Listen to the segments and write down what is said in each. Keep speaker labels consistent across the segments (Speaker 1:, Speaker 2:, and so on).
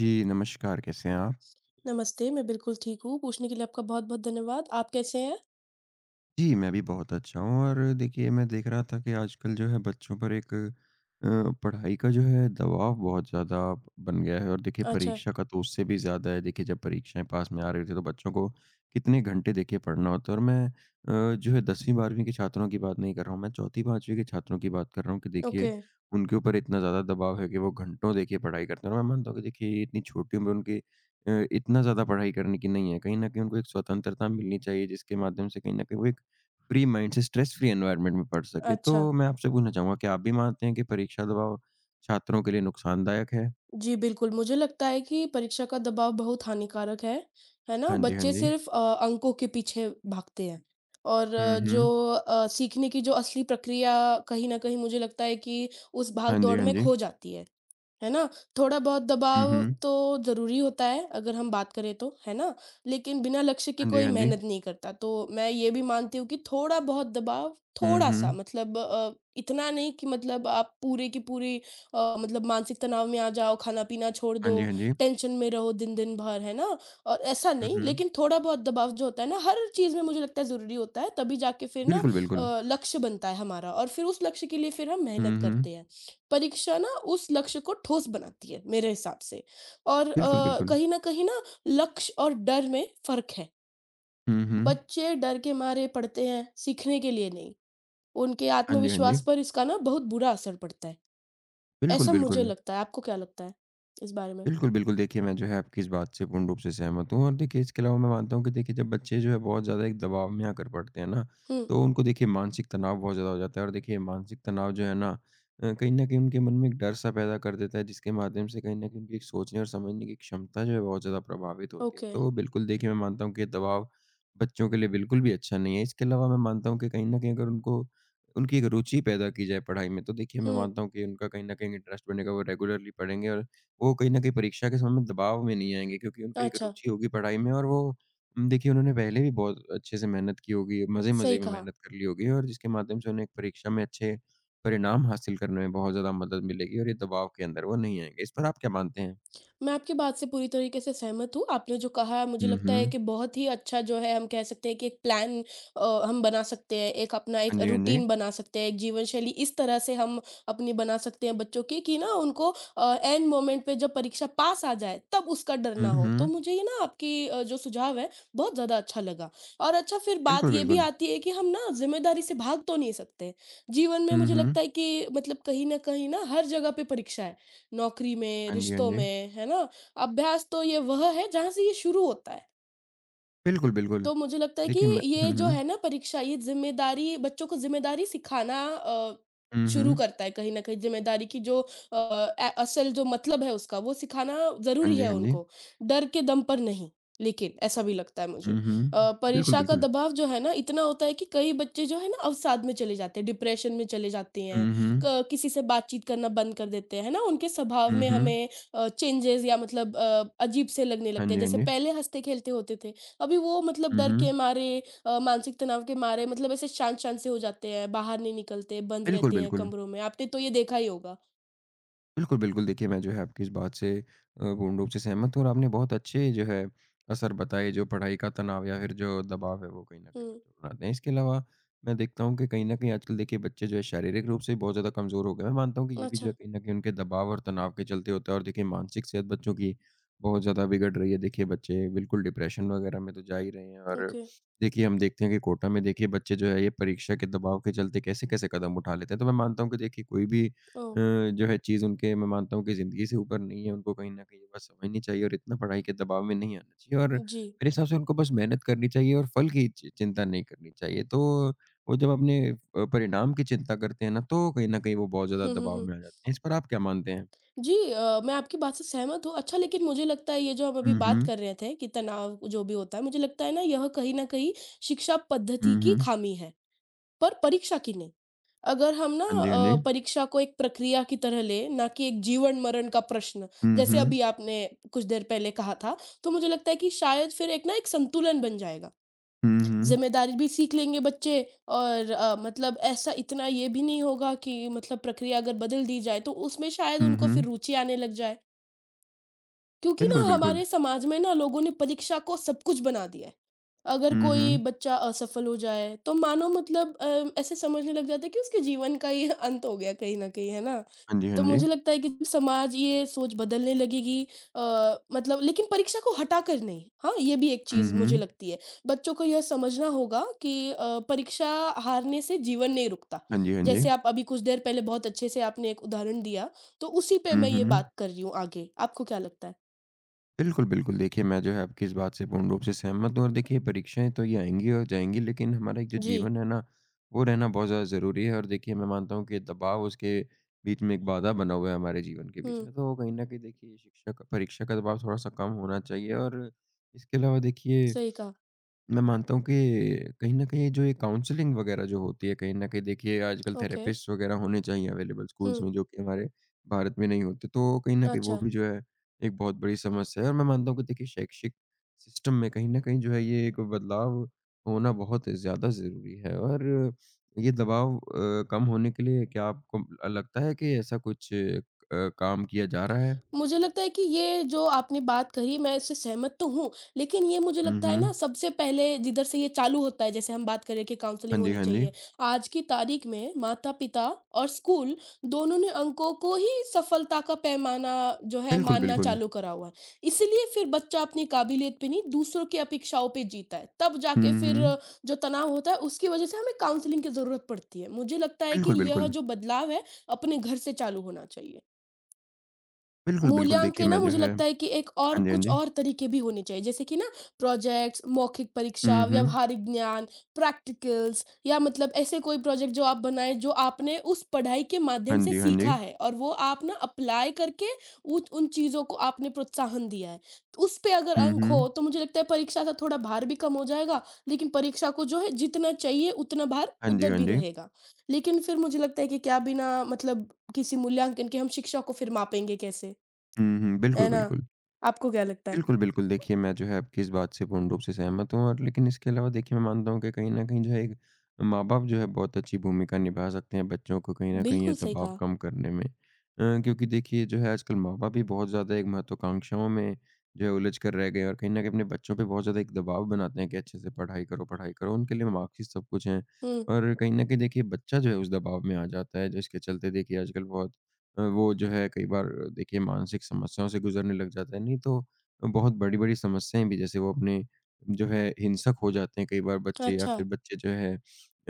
Speaker 1: जी, नमस्कार, कैसे हैं आप?
Speaker 2: नमस्ते, मैं बिल्कुल ठीक हूँ, पूछने के लिए आपका बहुत-बहुत धन्यवाद। आप कैसे हैं?
Speaker 1: जी, मैं भी बहुत अच्छा हूँ और देखिए मैं देख रहा था कि आजकल जो है बच्चों पर एक पढ़ाई का जो है दबाव बहुत ज़्यादा बन गया है और देखिए
Speaker 2: अच्छा।
Speaker 1: परीक्षा का तो उससे भी ज़्यादा है। देखिए जब परीक्षाएँ पास में आ रही थी तो बच्चों को कितने घंटे देखिए पढ़ना होता है और मैं जो है 10वीं 12वीं के छात्रों की बात नहीं कर रहा हूँ, मैं 4ठी 5वीं के छात्रों की बात कर रहा हूँ कि देखिए
Speaker 2: ओके।
Speaker 1: उनके ऊपर इतना ज़्यादा दबाव है कि वो घंटों देखिए पढ़ाई करते हैं और मैं मानता हूँ कि देखिए ये इतनी छोटी उम्र उनकी इतना ज़्यादा पढ़ाई करने की नहीं है। कहीं न कहीं उनको एक स्वतंत्रता मिलनी चाहिए जिसके माध्यम से कहीं न कहीं वो एक फ्री माइंड से स्ट्रेस फ्री एनवायरनमेंट में पढ़ सके। तो
Speaker 2: अच्छा।
Speaker 1: मैं आपसे पूछना चाहूँगा क्या आप भी मानते हैं कि परीक्षा दबाव छात्रों के लिए नुकसानदायक है?
Speaker 2: जी, बिल्कुल, मुझे लगता है कि परीक्षा का दबाव बहुत हानिकारक है ना?
Speaker 1: हाँ जी, हाँ
Speaker 2: बच्चे
Speaker 1: जी।
Speaker 2: सिर्फ़ अंकों के पीछे भागते हैं और
Speaker 1: हुँ,
Speaker 2: जो
Speaker 1: हुँ।
Speaker 2: सीखने की जो असली प्रक्रिया कहीं न कहीं मुझे लगता है कि उस
Speaker 1: हाँ जी,
Speaker 2: भाग-दौड़
Speaker 1: हाँ
Speaker 2: में
Speaker 1: जी।
Speaker 2: खो जाती है। है ना? थोड़ा बहुत
Speaker 1: हुँ,
Speaker 2: दबाव
Speaker 1: हुँ।
Speaker 2: तो ज़रूरी होता है, अगर हम बात करें तो, है ना? लेकिन बिना लक्ष्य के
Speaker 1: हाँ जी,
Speaker 2: कोई
Speaker 1: हाँ जी।
Speaker 2: मेहनत नहीं करता, तो मैं ये भी मानती हूँ कि थोड़ा बहुत दबाव,
Speaker 1: हुँ,
Speaker 2: थोड़ा-सा
Speaker 1: हुँ।
Speaker 2: मतलब इतना नहीं कि मतलब आप पूरे की पूरी मतलब मानसिक तनाव में आ जाओ, खाना-पीना छोड़ दो,
Speaker 1: हाँ जी, हाँ जी।
Speaker 2: टेंशन में रहो दिन-दिन भर, है ना? और ऐसा
Speaker 1: हुँ,
Speaker 2: नहीं,
Speaker 1: हुँ।
Speaker 2: लेकिन थोड़ा बहुत दबाव जो होता है ना, हर चीज़ में मुझे लगता है ज़रूरी होता है, तभी जाके फिर ना
Speaker 1: बिल्कुल, बिल्कुल।
Speaker 2: लक्ष्य बनता है हमारा और फिर उस लक्ष्य के लिए फिर हम मेहनत
Speaker 1: हुँ,
Speaker 2: करते
Speaker 1: हुँ।
Speaker 2: हैं। परीक्षा ना उस लक्ष्य को ठोस बनाती है मेरे हिसाब से और
Speaker 1: बिल्कुल, बिल्कुल।
Speaker 2: कहीं न कहीं ना लक्ष्य और डर में फ़र्क है।
Speaker 1: हुँ, हुँ।
Speaker 2: बच्चे डर के मारे पढ़ते हैं, सीखने के लिए नहीं। उनके
Speaker 1: हाँ जी, हाँ जी।
Speaker 2: आत्मविश्वास पर इसका ना बहुत बुरा असर पड़ता है।
Speaker 1: बिल्कुल,
Speaker 2: ऐसा मुझे
Speaker 1: बिल्कुल।
Speaker 2: लगता है, आपको क्या लगता है इस बारे में?
Speaker 1: बिल्कुल, बिल्कुल। देखिए, मैं जो है आपकी इस बात से पूर्ण रूप से सहमत हूँ और देखिए इसके अलावा मैं मानता हूँ कि देखिए जब बच्चे जो है बहुत ज़्यादा एक दबाव में आकर पढ़ते हैं ना,
Speaker 2: हुँ,
Speaker 1: तो उनको देखिए मानसिक तनाव बहुत ज़्यादा हो जाता है और देखिए मानसिक तनाव जो है ना कहीं न कहीं उनके मन में एक डर-सा पैदा कर देता है जिसके माध्यम से कहीं न कहीं उनकी एक सोचने और समझने की क्षमता जो है बहुत ज़्यादा प्रभावित होती है।
Speaker 2: ओके।
Speaker 1: तो बिल्कुल देखिए मैं मानता हूँ कि ये दबाव बच्चों के लिए बिल्कुल भी अच्छा नहीं है। इसके अलावा मैं मानता हूँ कि कहीं न कहीं अगर उनको उनकी एक रुचि पैदा की जाए पढ़ाई में, तो देखिए मैं
Speaker 2: हुँ,
Speaker 1: मानता हूँ कि उनका कहीं न कहीं इंटरेस्ट बनेगा, वो रेगुलरली पढ़ेंगे और वो कहीं न कहीं परीक्षा के समय में दबाव में नहीं आएँगे क्योंकि उनको एक
Speaker 2: अच्छा,
Speaker 1: रुचि होगी पढ़ाई में और वो देखिए उन्होंने पहले भी बहुत अच्छे से मेहनत की होगी,
Speaker 2: सही
Speaker 1: मज़े-मज़े में
Speaker 2: कहा।
Speaker 1: मेहनत कर ली होगी और जिसके माध्यम से उन्हें एक परीक्षा में अच्छे परिणाम हासिल करने में बहुत ज़्यादा मदद मिलेगी और ये दबाव के अंदर वो नहीं आएँगे। इस पर आप क्या मानते हैं?
Speaker 2: मैं आपकी बात से पूरी तरीके से सहमत हूँ। आपने जो कहा मुझे
Speaker 1: हुँ,
Speaker 2: लगता है
Speaker 1: हुँ।
Speaker 2: कि बहुत ही अच्छा जो है हम कह सकते हैं कि एक प्लान हम बना सकते हैं, एक अपना एक
Speaker 1: हाँ जी, हाँ जी।
Speaker 2: रूटीन बना सकते हैं, एक जीवन शैली इस तरह से हम अपनी बना सकते हैं बच्चों की कि ना उनको एंड मोमेंट पे जब परीक्षा पास आ जाए तब उसका डर ना
Speaker 1: हुँ,
Speaker 2: हो। तो
Speaker 1: हुँ।
Speaker 2: मुझे ये ना आपकी जो सुझाव है बहुत ज़्यादा अच्छा लगा। और अच्छा फिर बात
Speaker 1: बिल्कुल,
Speaker 2: ये भी
Speaker 1: बिल्कुल।
Speaker 2: आती है कि हम ना ज़िम्मेदारी से भाग तो नहीं सकते। जीवन में
Speaker 1: हुँ,
Speaker 2: मुझे
Speaker 1: हुँ।
Speaker 2: लगता है कि मतलब कहीं न कहीं ना हर जगह पे परीक्षा है। नौकरी में,
Speaker 1: हाँ जी, हाँ
Speaker 2: रिश्तों
Speaker 1: जी।
Speaker 2: में, है ना? अभ्यास तो ये वह है जहाँ से ये शुरू होता है।
Speaker 1: बिल्कुल, बिल्कुल।
Speaker 2: तो मुझे लगता है कि
Speaker 1: देखिए मैं
Speaker 2: ये
Speaker 1: हुँ,
Speaker 2: जो
Speaker 1: हुँ।
Speaker 2: है ना परीक्षा ये ज़िम्मेदारी बच्चों को ज़िम्मेदारी सिखाना
Speaker 1: हुँ,
Speaker 2: शुरू
Speaker 1: हुँ।
Speaker 2: करता है कहीं न कहीं ज़िम्मेदारी की जो अ, ए असल जो मतलब है उसका वो सिखाना
Speaker 1: हाँ
Speaker 2: ज़रूरी
Speaker 1: जी,
Speaker 2: है
Speaker 1: हाँ जी।
Speaker 2: उनको, डर के दम पर नहीं। लेकिन ऐसा भी लगता है मुझे।
Speaker 1: हुँ, हुँ। बिल्कुल,
Speaker 2: परीक्षा का
Speaker 1: बिल्कुल।
Speaker 2: दबाव जो है ना इतना होता है कि कई बच्चे जो है ना अवसाद में चले जाते हैं, डिप्रेशन में चले जाते हैं,
Speaker 1: हुँ, हुँ।
Speaker 2: क किसी से बातचीत करना बंद कर देते हैं, है ना? उनके स्वभाव
Speaker 1: हुँ,
Speaker 2: में
Speaker 1: हुँ।
Speaker 2: हमें चेंजेज़ या मतलब अजीब से लगने
Speaker 1: हाँ
Speaker 2: लगते हैं।
Speaker 1: जी, हाँ
Speaker 2: जैसे
Speaker 1: जी।
Speaker 2: पहले हँसते-खेलते होते थे अभी वो मतलब
Speaker 1: हुँ,
Speaker 2: डर
Speaker 1: हुँ।
Speaker 2: के मारे मानसिक तनाव के मारे मतलब ऐसे शांत-शांत से हो जाते हैं, बाहर नहीं निकलते, बंद
Speaker 1: बिल्कुल,
Speaker 2: रहते हैं
Speaker 1: बिल्कुल।
Speaker 2: कमरों में, आपने तो ये देखा ही होगा।
Speaker 1: बिल्कुल, बिल्कुल देखिए मैं जो है आपकी इस बात से पूर्ण रूप से सहमत हूँ और आपने बहुत अच्छे जो है असर बताए जो पढ़ाई का तनाव या फिर जो दबाव है वो कहीं न कहीं
Speaker 2: हुँ,
Speaker 1: बच्चों पर आते हैं। इसके अलावा मैं देखता हूँ कि कहीं न कहीं आजकल देखिए बच्चे जो है शारीरिक रूप से बहुत ज़्यादा कमज़ोर हो गए हैं। मैं मानता हूँ कि ये भी जो
Speaker 2: अच्छा,
Speaker 1: है कहीं न कहीं उनके दबाव और तनाव के चलते होता है और देखिए मानसिक सेहत बच्चों की बहुत ज़्यादा बिगड़ रही है। देखिए बच्चे बिल्कुल डिप्रेशन वगैरह में तो जा ही रहे हैं और
Speaker 2: ओके,
Speaker 1: देखिए हम देखते हैं कि कोटा में देखिए बच्चे जो है ये परीक्षा के दबाव के चलते कैसे-कैसे कदम उठा लेते हैं। तो मैं मानता हूँ कि देखिए कोई भी अ,
Speaker 2: ओह!
Speaker 1: जो है चीज़ उनके मैं मानता हूँ कि ज़िंदगी से ऊपर नहीं है, उनको कहीं न कहीं ये बात समझनी चाहिए और इतना पढ़ाई के दबाव में नहीं आना चाहिए और
Speaker 2: जी।
Speaker 1: मेरे हिसाब से उनको बस मेहनत करनी चाहिए और फल की चि चिंता नहीं करनी चाहिए। तो वो जब अपने परिणाम की चिंता करते हैं ना, तो कहीं न कहीं वो बहुत ज़्यादा
Speaker 2: हुँ, हुँ,
Speaker 1: दबाव
Speaker 2: हुँ।
Speaker 1: में आ जाते हैं। इस पर आप क्या मानते हैं?
Speaker 2: जी, मैं आपकी बात से सहमत हूँ। अच्छा लेकिन मुझे लगता है ये जो हम अभी
Speaker 1: हुँ,
Speaker 2: बात
Speaker 1: हुँ।
Speaker 2: कर रहे थे कि तनाव जो भी होता है, मुझे लगता है ना यह कहीं न कहीं शिक्षा पद्धति
Speaker 1: हुँ,
Speaker 2: की
Speaker 1: हुँ।
Speaker 2: खामी है, पर परीक्षा की नहीं। अगर हम ना
Speaker 1: हाँ जी, हाँ जी।
Speaker 2: परीक्षा को एक प्रक्रिया की तरह लें, ना कि एक जीवन-मरण का प्रश्न,
Speaker 1: हुँ,
Speaker 2: जैसे
Speaker 1: हुँ।
Speaker 2: अभी आपने कुछ देर पहले कहा था, तो मुझे लगता है कि शायद फिर एक ना एक संतुलन बन जाएगा।
Speaker 1: हुँ, हुँ।
Speaker 2: ज़िम्मेदारी भी सीख लेंगे बच्चे और मतलब ऐसा इतना ये भी नहीं होगा कि मतलब प्रक्रिया अगर बदल दी जाए, तो उसमें शायद
Speaker 1: हुँ,
Speaker 2: उनको फिर
Speaker 1: हुँ।
Speaker 2: रुचि आने लग जाए। क्योंकि ना
Speaker 1: बिल्कुल, बिल्कुल।
Speaker 2: हमारे समाज में ना लोगों ने परीक्षा को सब कुछ बना दिया है। अगर
Speaker 1: हुँ,
Speaker 2: कोई
Speaker 1: हुँ।
Speaker 2: बच्चा असफल हो जाए तो मानो मतलब ऐसे समझने लग जाता है कि उसके जीवन का ये अंत हो गया कहीं न कहीं, है ना?
Speaker 1: हाँ जी, हाँ
Speaker 2: तो
Speaker 1: जी।
Speaker 2: मुझे लगता है कि जब समाज ये सोच बदलने लगेगी मतलब लेकिन परीक्षा को हटाकर नहीं, हाँ? ये भी एक
Speaker 1: हुँ,
Speaker 2: चीज़ मुझे
Speaker 1: हुँ।
Speaker 2: लगती है। बच्चों को यह समझना होगा कि परीक्षा हारने से जीवन नहीं रुकता।
Speaker 1: हाँ जी, हाँ जी।
Speaker 2: जैसे आप अभी कुछ देर पहले बहुत अच्छे से आपने एक उदाहरण दिया, तो उसी पे
Speaker 1: हुँ,
Speaker 2: मैं ये
Speaker 1: हुँ।
Speaker 2: बात कर रही हूँ आगे। आपको क्या लगता है?
Speaker 1: बिल्कुल, बिल्कुल। देखिए, मैं जो है आपकी इस बात से पूर्ण रूप से सहमत हूँ और देखिए परीक्षाएँ तो ये आएँगी और जाएँगी लेकिन हमारा एक जो
Speaker 2: जी।
Speaker 1: जीवन है ना, वो रहना बहुत ज़्यादा ज़रूरी है और देखिए मैं मानता हूँ कि दबाव उसके बीच में एक बाधा बना हुआ है हमारे जीवन के बीच
Speaker 2: हुँ,
Speaker 1: में। तो कहीं न कहीं देखिए शिक्षा का परीक्षा का दबाव थोड़ा-सा कम होना चाहिए और इसके अलावा देखिए
Speaker 2: सही कहा।
Speaker 1: मैं मानता हूँ कि कहीं न कहीं जो ये काउंसलिंग वगैरह जो होती है, कहीं न कहीं देखिए आजकल
Speaker 2: ओके।
Speaker 1: थेरेपिस्ट वगैरह होने चाहिए अवेलेबल स्कूल्स
Speaker 2: हुँ,
Speaker 1: में, जो कि हमारे भारत में नहीं होते। तो कहीं न कहीं वो
Speaker 2: अच्छा।
Speaker 1: भी जो है एक बहुत बड़ी समस्या है और मैं मानता हूँ कि देखिए शैक्षिक सिस्टम में कहीं न कहीं जो है ये एक बदलाव होना बहुत ज़्यादा ज़रूरी है। और ये दबाव कम होने के लिए क्या आपको लगता है कि ऐसा कुछ काम किया जा रहा है?
Speaker 2: मुझे लगता है कि ये जो आपने बात कही मैं इससे सहमत तो हूँ, लेकिन ये मुझे
Speaker 1: हुँ,
Speaker 2: लगता है ना
Speaker 1: हुँ।
Speaker 2: सबसे पहले जिधर से ये चालू होता है जैसे हम बात करें कि काउंसलिंग
Speaker 1: हाँ जी,
Speaker 2: होनी
Speaker 1: हाँ जी।
Speaker 2: चाहिए। आज की तारीख में माता-पिता और स्कूल दोनों ने अंकों को ही सफलता का पैमाना जो है
Speaker 1: बिल्कुल,
Speaker 2: मानना
Speaker 1: बिल्कुल।
Speaker 2: चालू करा हुआ है। इसीलिए फिर बच्चा अपनी काबिलियत पे नहीं दूसरों की अपेक्षाओं पे जीता है। तब जाके
Speaker 1: हुँ,
Speaker 2: फिर
Speaker 1: हुँ।
Speaker 2: जो तनाव होता है उसकी वजह से हमें काउंसलिंग की ज़रूरत पड़ती है। मुझे लगता है कि
Speaker 1: बिल्कुल,
Speaker 2: यह
Speaker 1: बिल्कुल।
Speaker 2: जो बदलाव है अपने घर से चालू होना चाहिए।
Speaker 1: बिल्कुल, बिल्कुल, देखिए
Speaker 2: मूल्यांकन ना
Speaker 1: मैं जो
Speaker 2: मुझे
Speaker 1: है
Speaker 2: लगता है कि एक और
Speaker 1: हाँ जी, हाँ
Speaker 2: कुछ
Speaker 1: जी।
Speaker 2: और तरीके भी होने चाहिए जैसे कि ना प्रोजेक्ट्स, मौखिक परीक्षा,
Speaker 1: हुँ, हुँ।
Speaker 2: व्यावहारिक ज्ञान, प्रैक्टिकल्स या मतलब ऐसे कोई प्रोजेक्ट जो आप बनाएँ जो आपने उस पढ़ाई के माध्यम
Speaker 1: हाँ
Speaker 2: से
Speaker 1: जी, हाँ जी।
Speaker 2: सीखा है और वो आप ना अप्लाई करके उत उन चीज़ों को आपने प्रोत्साहन दिया है। तो उस पे अगर
Speaker 1: हुँ,
Speaker 2: अंक हो
Speaker 1: हुँ।
Speaker 2: तो मुझे लगता है परीक्षा का थोड़ा भार भी कम हो जाएगा, लेकिन परीक्षा को जो है जितना चाहिए उतना भार
Speaker 1: हाँ जी,
Speaker 2: उधर
Speaker 1: हाँ
Speaker 2: भी
Speaker 1: जी।
Speaker 2: रहेगा। लेकिन फिर मुझे लगता है कि क्या बिना मतलब किसी मूल्यांकन के हम शिक्षा को फिर मापेंगे कैसे?
Speaker 1: हुँ, हुँ,
Speaker 2: है
Speaker 1: बिल्कुल,
Speaker 2: ना?
Speaker 1: बिल्कुल।
Speaker 2: आपको क्या लगता है?
Speaker 1: बिल्कुल, बिल्कुल। देखिए, मैं जो है आपकी इस बात से पूर्ण रूप से सहमत हूँ और लेकिन इसके अलावा देखिए मैं मानता हूँ कि कहीं न कहीं जो है एक माँ-बाप जो है बहुत अच्छी भूमिका निभा सकते हैं बच्चों को कहीं न कहीं ये
Speaker 2: बिल्कुल सही
Speaker 1: दबाव
Speaker 2: कहा।
Speaker 1: कम करने में। क्योंकि देखिए जो है आजकल माँ-बाप भी बहुत ज़्यादा एक महत्वाकांक्षाओं में जो है उलझ कर रह गए हैं और कहीं न कहीं अपने बच्चों पे बहुत ज़्यादा एक दबाव बनाते हैं कि अच्छे से पढ़ाई करो, पढ़ाई करो। उनके लिए मार्क्स ही सब कुछ हैं
Speaker 2: हुँ,
Speaker 1: और कहीं न कहीं देखिए बच्चा जो है उस दबाव में आ जाता है जिसके चलते देखिए आजकल बहुत वो जो है कई बार देखिए मानसिक समस्याओं से गुज़रने लग जाता है। नहीं तो बहुत बड़ी-बड़ी समस्याएँ भी जैसे वो अपने जो है हिंसक हो जाते हैं कई बार बच्चे या
Speaker 2: अच्छा,
Speaker 1: फिर बच्चे जो है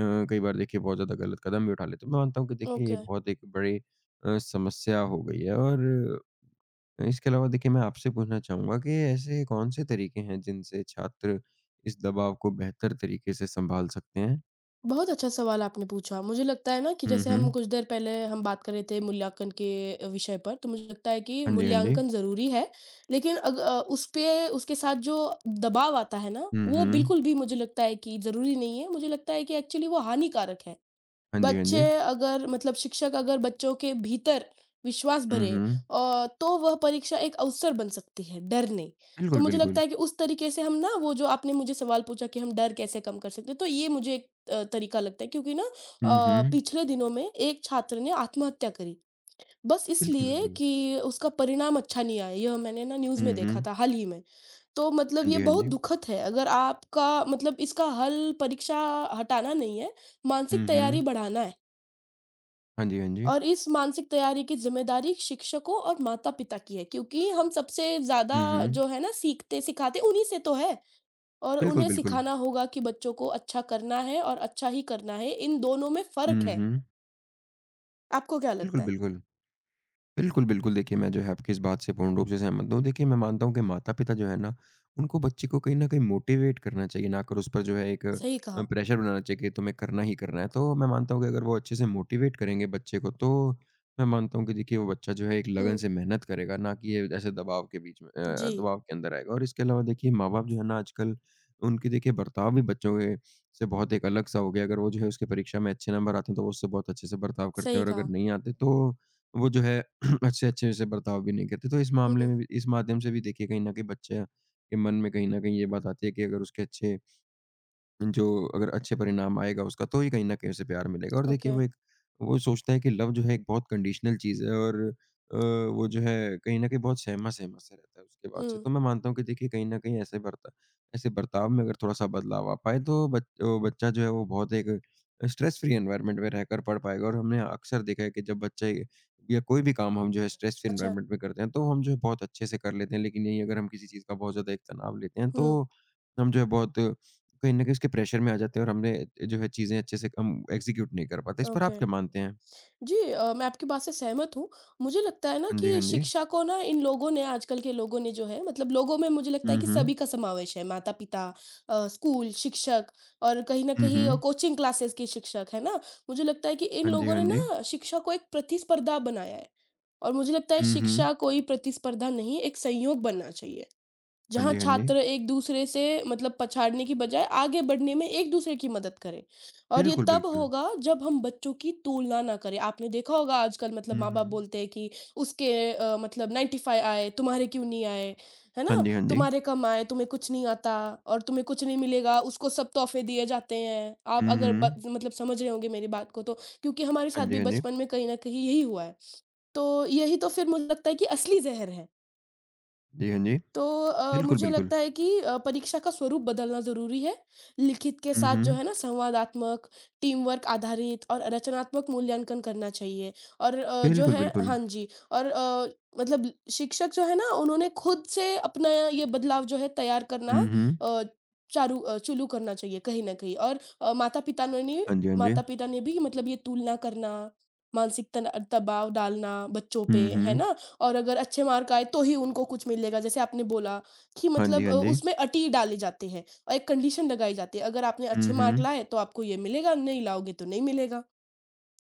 Speaker 1: कई बार देखिए बहुत ज़्यादा गलत कदम भी उठा लेते हैं। मैं मानता हूँ कि देखिए
Speaker 2: ओके।
Speaker 1: ये बहुत एक बड़ी समस्या हो गई है और इसके अलावा देखिए मैं आपसे पूछना चाहूँगा कि ऐसे कौन-से तरीके हैं जिनसे छात्र इस दबाव को बेहतर तरीके से सँभाल सकते हैं?
Speaker 2: बहुत अच्छा सवाल आपने पूछा। मुझे लगता है ना कि
Speaker 1: हुँ,
Speaker 2: जैसे हम
Speaker 1: हुँ।
Speaker 2: कुछ देर पहले हम बात कर रहे थे मूल्यांकन के विषय पर, तो मुझे लगता है कि
Speaker 1: हाँ जी, हाँ जी।
Speaker 2: मूल्यांकन ज़रूरी है, लेकिन उसपे उसके साथ जो दबाव आता है ना,
Speaker 1: हुँ,
Speaker 2: वो
Speaker 1: हुँ।
Speaker 2: बिल्कुल भी मुझे लगता है कि ज़रूरी नहीं है। मुझे लगता है कि एक्चुअली वो हानिकारक है।
Speaker 1: हाँ जी, हाँ
Speaker 2: बच्चे
Speaker 1: जी।
Speaker 2: अगर मतलब शिक्षक अगर बच्चों के भीतर विश्वास
Speaker 1: हुँ,
Speaker 2: भरे
Speaker 1: हुँ।
Speaker 2: तो वह परीक्षा एक अवसर बन सकती है, डर नहीं। तो
Speaker 1: बिल्कुल,
Speaker 2: मुझे लगता
Speaker 1: बिल्कुल।
Speaker 2: है कि उस तरीके से हम ना वो जो आपने मुझे सवाल पूछा कि हम डर कैसे कम कर सकते हैं, तो ये मुझे एक तरीका लगता है क्योंकि ना
Speaker 1: हुँ, हुँ।
Speaker 2: पिछले दिनों में एक छात्र ने आत्महत्या करी। बस
Speaker 1: बिल्कुल,
Speaker 2: इसलिए
Speaker 1: बिल्कुल।
Speaker 2: कि उसका परिणाम अच्छा नहीं आया, यह मैंने ना न्यूज़ में
Speaker 1: हुँ,
Speaker 2: देखा
Speaker 1: हुँ।
Speaker 2: था हाल ही में। तो मतलब
Speaker 1: हाँ
Speaker 2: ये
Speaker 1: जी, हाँ
Speaker 2: बहुत
Speaker 1: जी।
Speaker 2: दुखद है, अगर आपका मतलब इसका हल परीक्षा हटाना नहीं है, मानसिक
Speaker 1: हुँ,
Speaker 2: तैयारी
Speaker 1: हुँ।
Speaker 2: बढ़ाना है।
Speaker 1: हाँ जी, हाँ जी।
Speaker 2: और इस मानसिक तैयारी की ज़िम्मेदारी शिक्षकों और माता-पिता की है क्योंकि हम सबसे ज़्यादा
Speaker 1: हुँ, हुँ।
Speaker 2: जो है ना सीखते सिखाते उन्हीं से तो है और
Speaker 1: बिल्कुल,
Speaker 2: उन्हें
Speaker 1: बिल्कुल।
Speaker 2: सिखाना होगा कि बच्चों को अच्छा करना है और अच्छा ही करना है। इन दोनों में फ़र्क
Speaker 1: हुँ,
Speaker 2: है।
Speaker 1: हुँ।
Speaker 2: आपको क्या
Speaker 1: बिल्कुल,
Speaker 2: लगता है?
Speaker 1: बिल्कुल। बिल्कुल, बिल्कुल। देखिए, मैं जो है आपकी इस बात से पूर्ण रूप से सहमत हूँ। देखिए, मैं मानता हूँ कि माता-पिता जो है ना, उनको बच्चे को कहीं न कहीं मोटिवेट करना चाहिए, ना कर उस पर जो है एक
Speaker 2: सही कहा।
Speaker 1: प्रेशर बनाना चाहिए कि तुम्हें करना ही करना है। तो मैं मानता हूँ कि अगर वो अच्छे से मोटिवेट करेंगे बच्चे को, तो मैं मानता हूँ कि देखिए, वो बच्चा जो है एक लगन
Speaker 2: हुँ,
Speaker 1: से मेहनत करेगा, ना कि ये ऐसे दबाव के बीच में
Speaker 2: जी,
Speaker 1: दबाव के अंदर आएगा। और इसके अलावा देखिए, माँ-बाप जो है ना आजकल, उनके देखिए बर्ताव भी बच्चों के से बहुत एक अलग-सा हो गया। अगर वो जो है उसके परीक्षा में अच्छे नंबर आते हैं, तो वो उससे बहुत अच्छे से बर्ताव करते
Speaker 2: सही
Speaker 1: हैं और अगर
Speaker 2: कहा।
Speaker 1: नहीं आते, तो वो जो है अच्छे अच्छे से बर्ताव भी नहीं करते। तो इस मामले
Speaker 2: हुँ,
Speaker 1: में भी इस माध्यम से भी देखिए कहीं न कहीं बच्चे के मन में कहीं न कहीं ये बात आती है कि अगर उसके अच्छे जो अगर अच्छे परिणाम आएगा उसका, तो ही कहीं न कहीं उसे प्यार मिलेगा और देखिए
Speaker 2: ओके।
Speaker 1: वो एक वो सोचता है कि लव जो है एक बहुत कंडीशनल चीज़ है और वो जो है कहीं न कहीं बहुत सहमा-सहमा सा रहता है उसके बाद
Speaker 2: हुँ,
Speaker 1: से। तो मैं मानता हूँ कि देखिए कहीं न कहीं ऐसे बर्ता ऐसे बर्ताव में अगर थोड़ा-सा बदलाव आ पाए तो बच्चा जो है वो बहुत एक स्ट्रेस फ्री एनवायरनमेंट में रहकर पढ़ पाएगा और हमने अक्सर देखा है कि जब बच्चे या कोई भी काम हम जो है स्ट्रेस फ्री
Speaker 2: अच्छा।
Speaker 1: एनवायरनमेंट में करते हैं, तो हम जो है बहुत अच्छे से कर लेते हैं। लेकिन यहीं अगर हम किसी चीज़ का बहुत ज़्यादा एक तनाव लेते हैं,
Speaker 2: हुँ,
Speaker 1: तो हम जो है बहुत कहीं न कहीं उसके प्रेशर में आ जाते हैं और हमने जो है चीज़ें अच्छे से हम एग्ज़ीक्यूट नहीं कर पाते। इस पर
Speaker 2: ओके।
Speaker 1: आप क्या मानते हैं?
Speaker 2: जी, मैं आपकी बात से सहमत हूँ। मुझे लगता है ना
Speaker 1: हाँ जी,
Speaker 2: कि
Speaker 1: हाँ जी।
Speaker 2: शिक्षा को ना इन लोगों ने आजकल के लोगों ने जो है मतलब लोगों में मुझे लगता है
Speaker 1: हुँ,
Speaker 2: कि
Speaker 1: हुँ।
Speaker 2: सभी का समावेश है। माता-पिता, स्कूल, शिक्षक और कहीं न
Speaker 1: हुँ,
Speaker 2: कहीं
Speaker 1: हुँ।
Speaker 2: कोचिंग क्लासेस के शिक्षक, है ना? मुझे लगता है कि इन
Speaker 1: हाँ जी,
Speaker 2: लोगों
Speaker 1: हाँ
Speaker 2: ने
Speaker 1: जी।
Speaker 2: ना शिक्षा को एक प्रतिस्पर्धा बनाया है और मुझे लगता है
Speaker 1: हुँ, हुँ।
Speaker 2: शिक्षा कोई प्रतिस्पर्धा नहीं, एक संयोग बनना चाहिए।
Speaker 1: हाँ
Speaker 2: जहाँ
Speaker 1: जी, हाँ जी।
Speaker 2: छात्र एक दूसरे से मतलब पछाड़ने की बजाय आगे बढ़ने में एक दूसरे की मदद करें। और ये
Speaker 1: बिल्कुल,
Speaker 2: तब
Speaker 1: बिल्कुल।
Speaker 2: होगा जब हम बच्चों की तुलना ना करें। आपने देखा होगा आजकल मतलब
Speaker 1: हुँ,
Speaker 2: माँ बाप
Speaker 1: हुँ।
Speaker 2: बोलते हैं कि उसके मतलब 95 आए तुम्हारे क्यों नहीं आए, है
Speaker 1: हाँ
Speaker 2: ना?
Speaker 1: जी, हाँ जी।
Speaker 2: तुम्हारे कम आए, तुम्हें कुछ नहीं आता, और तुम्हें कुछ नहीं मिलेगा। उसको सब तोहफे दिए जाते हैं। आप
Speaker 1: हुँ,
Speaker 2: अगर
Speaker 1: हुँ।
Speaker 2: मतलब समझ रहे होंगे मेरी बात को, तो क्योंकि हमारे साथ
Speaker 1: हाँ जी,
Speaker 2: भी
Speaker 1: हाँ जी।
Speaker 2: बचपन में कहीं ना कहीं यही हुआ है। तो यही तो फिर मुझे लगता है कि असली जहर है।
Speaker 1: जी, हाँ जी।
Speaker 2: तो
Speaker 1: बिल्कुल,
Speaker 2: मुझे
Speaker 1: बिल्कुल।
Speaker 2: लगता है कि परीक्षा का स्वरूप बदलना ज़रूरी है। लिखित के
Speaker 1: हुँ,
Speaker 2: साथ जो
Speaker 1: हुँ।
Speaker 2: है ना संवादात्मक, टीम वर्क आधारित और रचनात्मक मूल्यांकन करना चाहिए। और जो
Speaker 1: बिल्कुल,
Speaker 2: है
Speaker 1: बिल्कुल।
Speaker 2: हाँ जी और मतलब शिक्षक जो है ना उन्होंने खुद से अपना ये बदलाव जो है तैयार करना
Speaker 1: हुँ, हुँ।
Speaker 2: अ, चुलू करना चाहिए कहीं न कहीं। और
Speaker 1: हाँ जी, हाँ जी।
Speaker 2: माता-पिता ने भी मतलब ये तुलना करना, मानसिक तना दबाव डालना बच्चों पे,
Speaker 1: हुँ,
Speaker 2: है
Speaker 1: हुँ।
Speaker 2: ना? और अगर अच्छे मार्क आए तो ही उनको कुछ मिलेगा, जैसे आपने बोला कि
Speaker 1: हाँ जी,
Speaker 2: मतलब
Speaker 1: हाँ जी।
Speaker 2: उसमें अटी डाले जाते हैं और एक कंडीशन लगाई जाती है, अगर आपने
Speaker 1: हुँ,
Speaker 2: अच्छे मार्क
Speaker 1: हुँ।
Speaker 2: लाए तो आपको ये मिलेगा, नहीं लाओगे तो नहीं मिलेगा।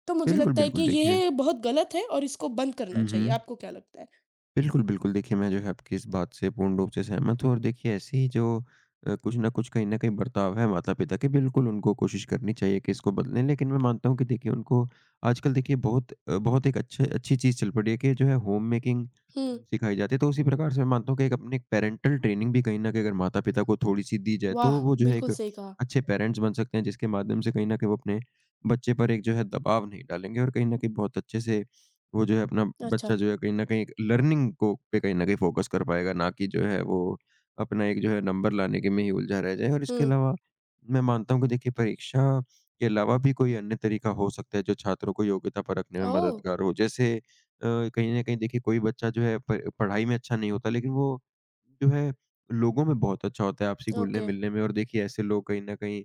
Speaker 2: तो मुझे
Speaker 1: बिल्कुल,
Speaker 2: लगता है कि
Speaker 1: बिल्कुल देखिए।
Speaker 2: यह बहुत गलत है और इसको बंद करना
Speaker 1: हुँ,
Speaker 2: चाहिए।
Speaker 1: हुँ।
Speaker 2: आपको क्या लगता है?
Speaker 1: बिल्कुल, बिल्कुल। देखिए, मैं जो है आपकी इस बात से पूर्ण रूप से सहमत हूँ। और देखिए ऐसे ही जो कुछ न कुछ कहीं न कहीं बर्ताव है माता-पिता के, बिल्कुल उनको कोशिश करनी चाहिए कि इसको बदलें। लेकिन मैं मानता हूँ कि देखिए उनको आजकल देखिए बहुत बहुत एक अच्छे अच्छी चीज़ चल पड़ी है कि जो है होम मेकिंग
Speaker 2: हुँ,
Speaker 1: सिखाई जाती है। तो उसी प्रकार से मैं मानता हूँ कि एक अपनी पैरेंटल ट्रेनिंग भी कहीं न कहीं अगर माता-पिता को थोड़ी-सी दी जाए, तो
Speaker 2: वाह!
Speaker 1: वो जो है
Speaker 2: बिल्कुल
Speaker 1: एक
Speaker 2: सही कहा।
Speaker 1: अच्छे पेरेंट्स बन सकते हैं, जिसके माध्यम से कहीं न कहीं वो अपने बच्चे पर एक जो है दबाव नहीं डालेंगे और कहीं न कहीं बहुत अच्छे से वो जो है अपना
Speaker 2: अच्छा,
Speaker 1: बच्चा जो है कहीं न कहीं लर्निंग को पे कहीं न कहीं फ़ोकस कर पाएगा, ना कि जो है वो अपना एक जो है नंबर लाने के में ही उलझा रह जाए। और इसके
Speaker 2: हुँ,
Speaker 1: अलावा मैं मानता हूँ कि देखिए परीक्षा के अलावा भी कोई अन्य तरीका हो सकता है जो छात्रों को योग्यता परखने में
Speaker 2: ओह!
Speaker 1: मददगार हो। जैसे कहीं न कहीं देखिए कोई बच्चा जो है प पढ़ाई में अच्छा नहीं होता, लेकिन वो जो है लोगों में बहुत अच्छा होता है आपसी
Speaker 2: ओके,
Speaker 1: घुलने-मिलने में। और देखिए ऐसे लोग कहीं न कहीं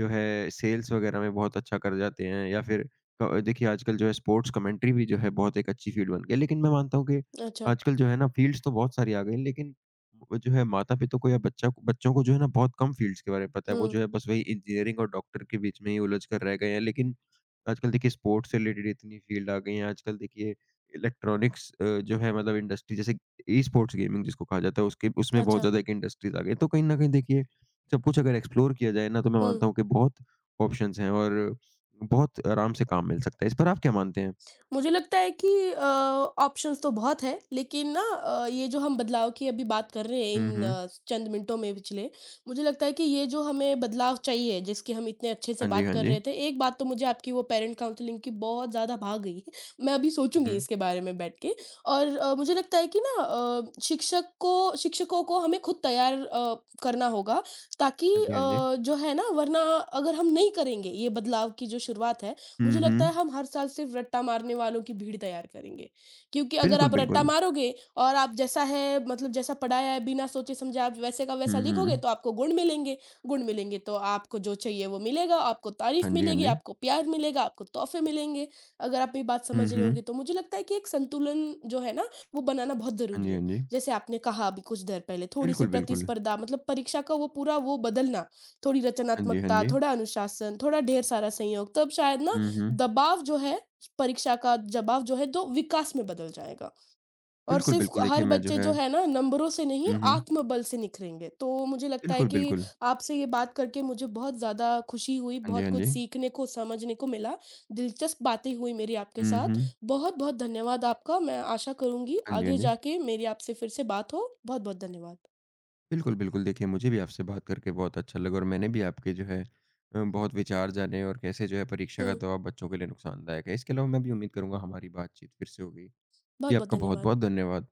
Speaker 1: जो है सेल्स वगैरह में बहुत अच्छा कर जाते हैं। या फिर क देखिए आजकल जो है स्पोर्ट्स कमेंट्री भी जो है बहुत एक अच्छी फ़ील्ड बन गई है। लेकिन मैं मानता हूँ कि
Speaker 2: अच्छा,
Speaker 1: आजकल जो है ना फ़ील्ड्स तो बहुत सारी आ गई हैं, लेकिन वो जो है माता-पिता को या बच्चा को बच्चों को जो है ना बहुत कम फ़ील्ड्स के बारे में पता है। वो
Speaker 2: हुँ,
Speaker 1: जो है बस वही इंजीनियरिंग और डॉक्टर के बीच में ही उलझ कर रह गए हैं। लेकिन आजकल देखिए स्पोर्ट्स से रिलेटेड इतनी फ़ील्ड आ गई हैं। आजकल देखिए इलेक्ट्रॉनिक्स जो है मतलब इंडस्ट्री, जैसे ई-स्पोर्ट्स गेमिंग जिसको कहा जाता है, उसके उसमें बहुत
Speaker 2: अच्छा,
Speaker 1: ज़्यादा एक इंडस्ट्रीज़ आ गई हैं। तो कहीं न कहीं देखिए सब कुछ अगर एक्सप्लोर किया जाए ना, तो मैं
Speaker 2: हुँ।
Speaker 1: मानता हूँ कि बहुत ऑप्शंस हैं और बहुत आराम से काम मिल सकता है। इस पर आप क्या मानते हैं?
Speaker 2: मुझे लगता है कि ऑप्शंस तो बहुत हैं, लेकिन ना ये जो हम बदलाव की अभी बात कर रहे हैं
Speaker 1: हुँ,
Speaker 2: इन
Speaker 1: हुँ।
Speaker 2: चंद मिनटों में पिछले मुझे लगता है कि ये जो हमें बदलाव चाहिए जिसकी हम इतने अच्छे से
Speaker 1: हाँ जी,
Speaker 2: बात
Speaker 1: हाँ
Speaker 2: कर
Speaker 1: जी।
Speaker 2: रहे थे, एक बात तो मुझे आपकी वो पेरेंट काउंसलिंग की बहुत ज़्यादा भा गई। मैं अभी सोचूंगी
Speaker 1: हुँ,
Speaker 2: इसके बारे में बैठ के। और मुझे लगता है कि ना शिक्षकों को हमें खुद तैयार करना होगा, ताकि
Speaker 1: हाँ जी, हाँ जी।
Speaker 2: जो है ना वरना अगर हम नहीं करेंगे ये बदलाव की जो शुरुआत है, मुझे
Speaker 1: हुँ,
Speaker 2: लगता
Speaker 1: हुँ।
Speaker 2: है हम हर साल सिर्फ रट्टा मारने वालों की भीड़ तैयार करेंगे। क्योंकि अगर
Speaker 1: बिल्कुल,
Speaker 2: आप रट्टा
Speaker 1: बिल्कुल।
Speaker 2: मारोगे और आप जैसा है मतलब जैसा पढ़ाया है बिना सोचे समझे आप वैसे का वैसा
Speaker 1: हुँ,
Speaker 2: लिखोगे
Speaker 1: हुँ।
Speaker 2: तो आपको गुण मिलेंगे तो आपको जो चाहिए वो मिलेगा, आपको तारीफ़
Speaker 1: हाँ जी, हाँ
Speaker 2: मिलेगी,
Speaker 1: जी।
Speaker 2: आपको प्यार मिलेगा, आपको तोहफ़े मिलेंगे। अगर आप ये बात
Speaker 1: हुँ,
Speaker 2: समझ रहे
Speaker 1: हुँ।
Speaker 2: होंगे तो मुझे लगता है कि एक संतुलन जो है ना वो बनाना बहुत
Speaker 1: हाँ
Speaker 2: ज़रूरी
Speaker 1: जी,
Speaker 2: है।
Speaker 1: हाँ जी।
Speaker 2: जैसे आपने कहा अभी कुछ देर पहले, थोड़ी-सी
Speaker 1: बिल्कुल, बिल्कुल।
Speaker 2: प्रतिस्पर्धा मतलब परीक्षा का वो पूरा वो बदलना, थोड़ी
Speaker 1: हाँ जी, हाँ
Speaker 2: रचनात्मकता,
Speaker 1: जी।
Speaker 2: थोड़ा अनुशासन, थोड़ा ढेर सारा संयोग, तब शायद ना
Speaker 1: हुँ, हुँ।
Speaker 2: दबाव जो है, परीक्षा का दबाव जो है, तो विकास में बदल जाएगा। और
Speaker 1: बिल्कुल,
Speaker 2: सिर्फ़
Speaker 1: बिल्कुल
Speaker 2: हर
Speaker 1: देखिए मैं जो
Speaker 2: बच्चे
Speaker 1: है।
Speaker 2: जो है ना, नंबरों से नहीं,
Speaker 1: हुँ, हुँ।
Speaker 2: आत्मबल से निखरेंगे। तो मुझे लगता है
Speaker 1: बिल्कुल,
Speaker 2: कि
Speaker 1: बिल्कुल।
Speaker 2: आपसे ये बात करके मुझे बहुत ज़्यादा खुशी हुई,
Speaker 1: हाँ जी,
Speaker 2: बहुत
Speaker 1: हाँ
Speaker 2: कुछ
Speaker 1: जी।
Speaker 2: सीखने को, समझने को मिला। दिलचस्प बातें हुई मेरी आपके
Speaker 1: हुँ,
Speaker 2: साथ।
Speaker 1: हुँ।
Speaker 2: बहुत-बहुत धन्यवाद आपका। मैं आशा करूँगी
Speaker 1: हाँ जी, हाँ
Speaker 2: आगे
Speaker 1: जी।
Speaker 2: जाके मेरी आपसे फिर से बात हो। बहुत-बहुत धन्यवाद।
Speaker 1: बिल्कुल, बिल्कुल देखिए, मुझे भी आपसे बात करके बहुत अच्छा लगा। और मैंने भी आपके जो है बहुत विचार जाने और कैसे जो है परीक्षा का
Speaker 2: हुँ,
Speaker 1: दबाव बच्चों के लिए नुकसानदायक है। इसके अलावा मैं भी उम्मीद करूँगा हमारी बातचीत फिर से होगी। जी,
Speaker 2: बहुत-बहुत
Speaker 1: आपका
Speaker 2: धन्यवाद।
Speaker 1: बहुत-बहुत धन्यवाद।